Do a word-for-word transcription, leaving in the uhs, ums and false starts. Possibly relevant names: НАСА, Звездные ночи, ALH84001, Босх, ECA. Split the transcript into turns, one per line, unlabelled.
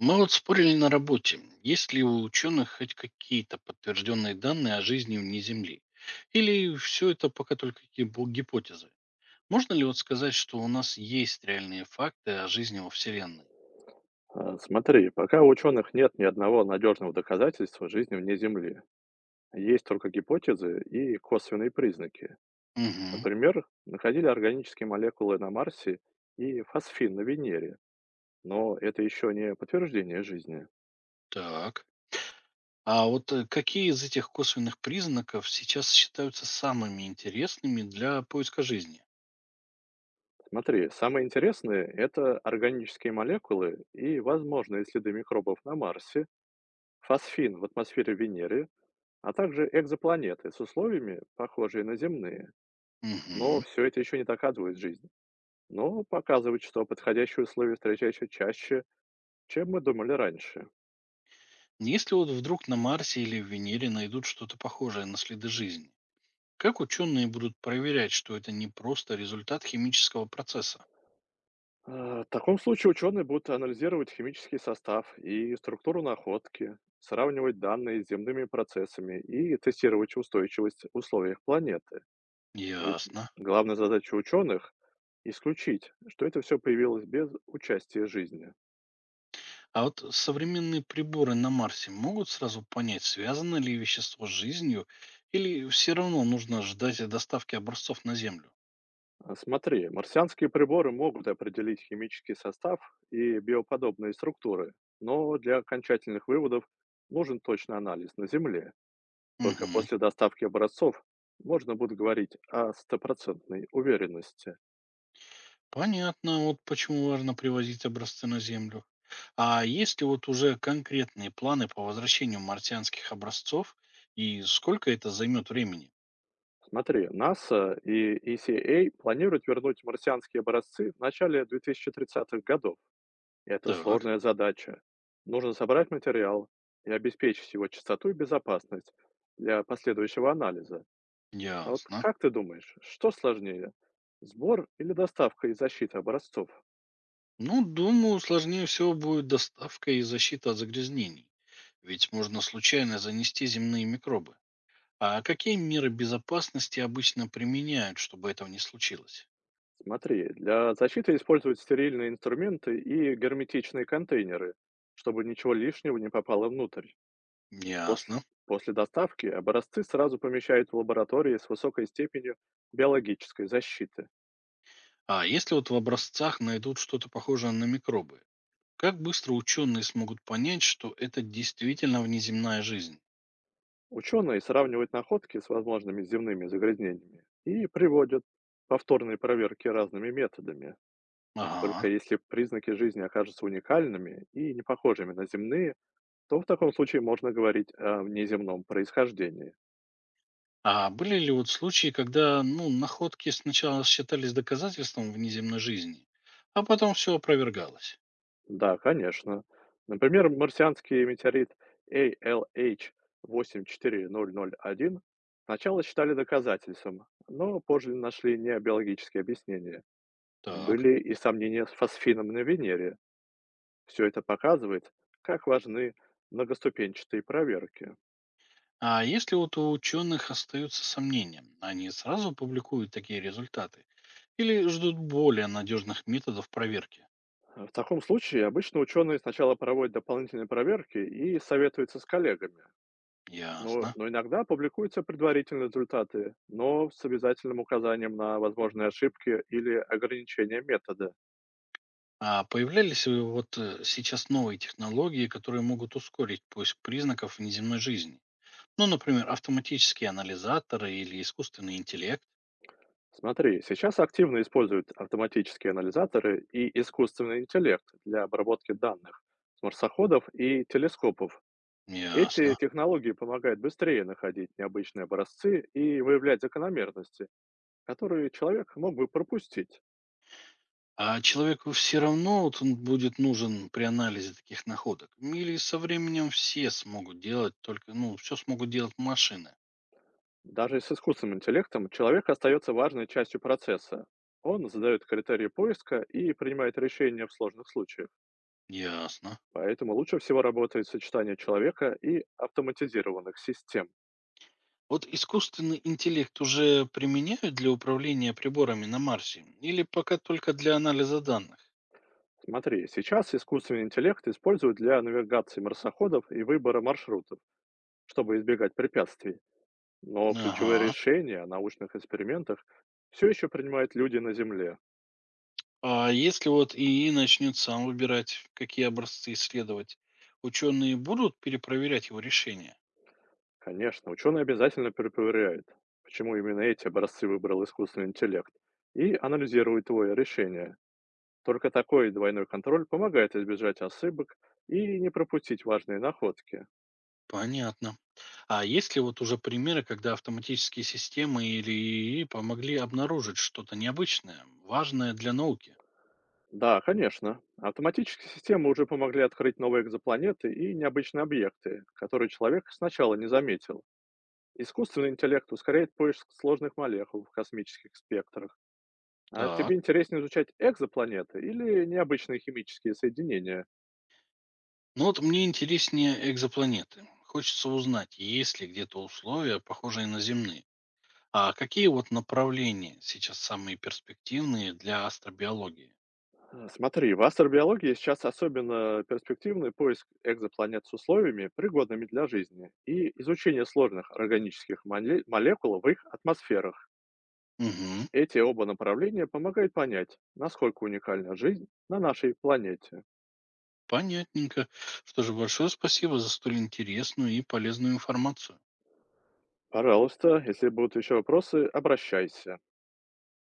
Мы вот спорили на работе, есть ли у ученых хоть какие-то подтвержденные данные о жизни вне Земли? Или все это пока только гибо- гипотезы? Можно ли вот сказать, что у нас есть реальные факты о жизни во Вселенной?
А, Смотри, пока у ученых нет ни одного надежного доказательства жизни вне Земли. Есть только гипотезы и косвенные признаки.
Угу,
Например, находили органические молекулы на Марсе и фосфин на Венере. Но это еще не подтверждение жизни.
так. А вот э, какие из этих косвенных признаков сейчас считаются самыми интересными для поиска жизни?
Смотри, самое интересное – это органические молекулы и возможные следы микробов на Марсе, фосфин в атмосфере Венеры, а также экзопланеты с условиями, похожие на земные. Но
Угу.
все это еще не доказывает жизнь. Но показывает, что подходящие условия встречаются чаще, чем мы думали раньше.
Если вот вдруг на Марсе или в Венере найдут что-то похожее на следы жизни, как ученые будут проверять, что это не просто результат химического процесса?
Э, В таком случае ученые будут анализировать химический состав и структуру находки, сравнивать данные с земными процессами и тестировать устойчивость в условиях планеты. Ведь
Ясно.
главная задача ученых – исключить, что это все появилось без участия жизни.
А вот современные приборы на Марсе могут сразу понять, связано ли вещество с жизнью, или все равно нужно ждать доставки образцов на Землю?
А, Смотри, марсианские приборы могут определить химический состав и биоподобные структуры, но для окончательных выводов нужен точный анализ на Земле. Только
Угу.
после доставки образцов можно будет говорить о стопроцентной уверенности.
Понятно, вот почему важно привозить образцы на Землю. А есть ли вот уже конкретные планы по возвращению марсианских образцов и сколько это займет времени?
Смотри, НАСА и E C A планируют вернуть марсианские образцы в начале две тысячи тридцатых годов. И это
Так,
сложная задача. Нужно собрать материал и обеспечить его чистоту и безопасность для последующего анализа. А вот
ясно.
как ты думаешь, что сложнее? Сбор или доставка и защита образцов?
Ну, думаю, сложнее всего будет доставка и защита от загрязнений. Ведь можно случайно занести земные микробы. А какие меры безопасности обычно применяют, чтобы этого не случилось?
Смотри, для защиты используют стерильные инструменты и герметичные контейнеры, чтобы ничего лишнего не попало внутрь. После,
Ясно.
после доставки образцы сразу помещают в лаборатории с высокой степенью биологической защиты.
А если вот в образцах найдут что-то похожее на микробы, как быстро ученые смогут понять, что это действительно внеземная жизнь?
Ученые сравнивают находки с возможными земными загрязнениями и приводят повторные проверки разными методами. Только
Ага.
если признаки жизни окажутся уникальными и не похожими на земные, то в таком случае можно говорить о внеземном происхождении.
А были ли вот случаи, когда, ну, находки сначала считались доказательством внеземной жизни, а потом все опровергалось?
Да, конечно. Например, марсианский метеорит A L H восемь четыре ноль ноль один сначала считали доказательством, но позже нашли необиологические объяснения.
Так.
Были и сомнения с фосфином на Венере. Все это показывает, как важны многоступенчатые проверки.
А если вот у ученых остаются сомнения, они сразу публикуют такие результаты или ждут более надежных методов проверки?
А, В таком случае обычно ученые сначала проводят дополнительные проверки и советуются с коллегами, но,
Ясно.
но иногда публикуются предварительные результаты, но с обязательным указанием на возможные ошибки или ограничения метода.
А появлялись ли вот э, сейчас новые технологии, которые могут ускорить поиск признаков внеземной жизни? Ну, например, автоматические анализаторы или искусственный интеллект?
Смотри, сейчас активно используют автоматические анализаторы и искусственный интеллект для обработки данных с марсоходов и телескопов. Эти
Ясно.
технологии помогают быстрее находить необычные образцы и выявлять закономерности, которые человек мог бы пропустить.
А человеку все равно вот он будет нужен при анализе таких находок? Или со временем все смогут делать только, ну, все смогут делать машины?
Даже с искусственным интеллектом человек остается важной частью процесса. Он задает критерии поиска и принимает решения в сложных случаях.
Ясно.
Поэтому лучше всего работает сочетание человека и автоматизированных систем.
Вот искусственный интеллект уже применяют для управления приборами на Марсе или пока только для анализа данных?
Смотри, сейчас искусственный интеллект используют для навигации марсоходов и выбора маршрутов, чтобы избегать препятствий. Но ключевые
Ага.
решения о научных экспериментах все еще принимают люди на Земле.
А если вот ИИ начнет сам выбирать, какие образцы исследовать, ученые будут перепроверять его решения?
Конечно, ученые обязательно перепроверяют, почему именно эти образцы выбрал искусственный интеллект, и анализируют твое решение. Только такой двойной контроль помогает избежать ошибок и не пропустить важные находки.
Понятно. А есть ли вот уже примеры, когда автоматические системы или ИИ помогли обнаружить что-то необычное, важное для науки?
Да, конечно. Автоматические системы уже помогли открыть новые экзопланеты и необычные объекты, которые человек сначала не заметил. Искусственный интеллект ускоряет поиск сложных молекул в космических спектрах. А
Так.
тебе интереснее изучать экзопланеты или необычные химические соединения?
Ну вот мне интереснее экзопланеты. Хочется узнать, есть ли где-то условия, похожие на земные. А какие вот направления сейчас самые перспективные для астробиологии?
А, Смотри, в астробиологии сейчас особенно перспективный поиск экзопланет с условиями, пригодными для жизни, и изучение сложных органических моле- молекул в их атмосферах.
Угу,
Эти оба направления помогают понять, насколько уникальна жизнь на нашей планете.
понятненько. Что же, большое спасибо за столь интересную и полезную информацию.
Пожалуйста, если будут еще вопросы, обращайся.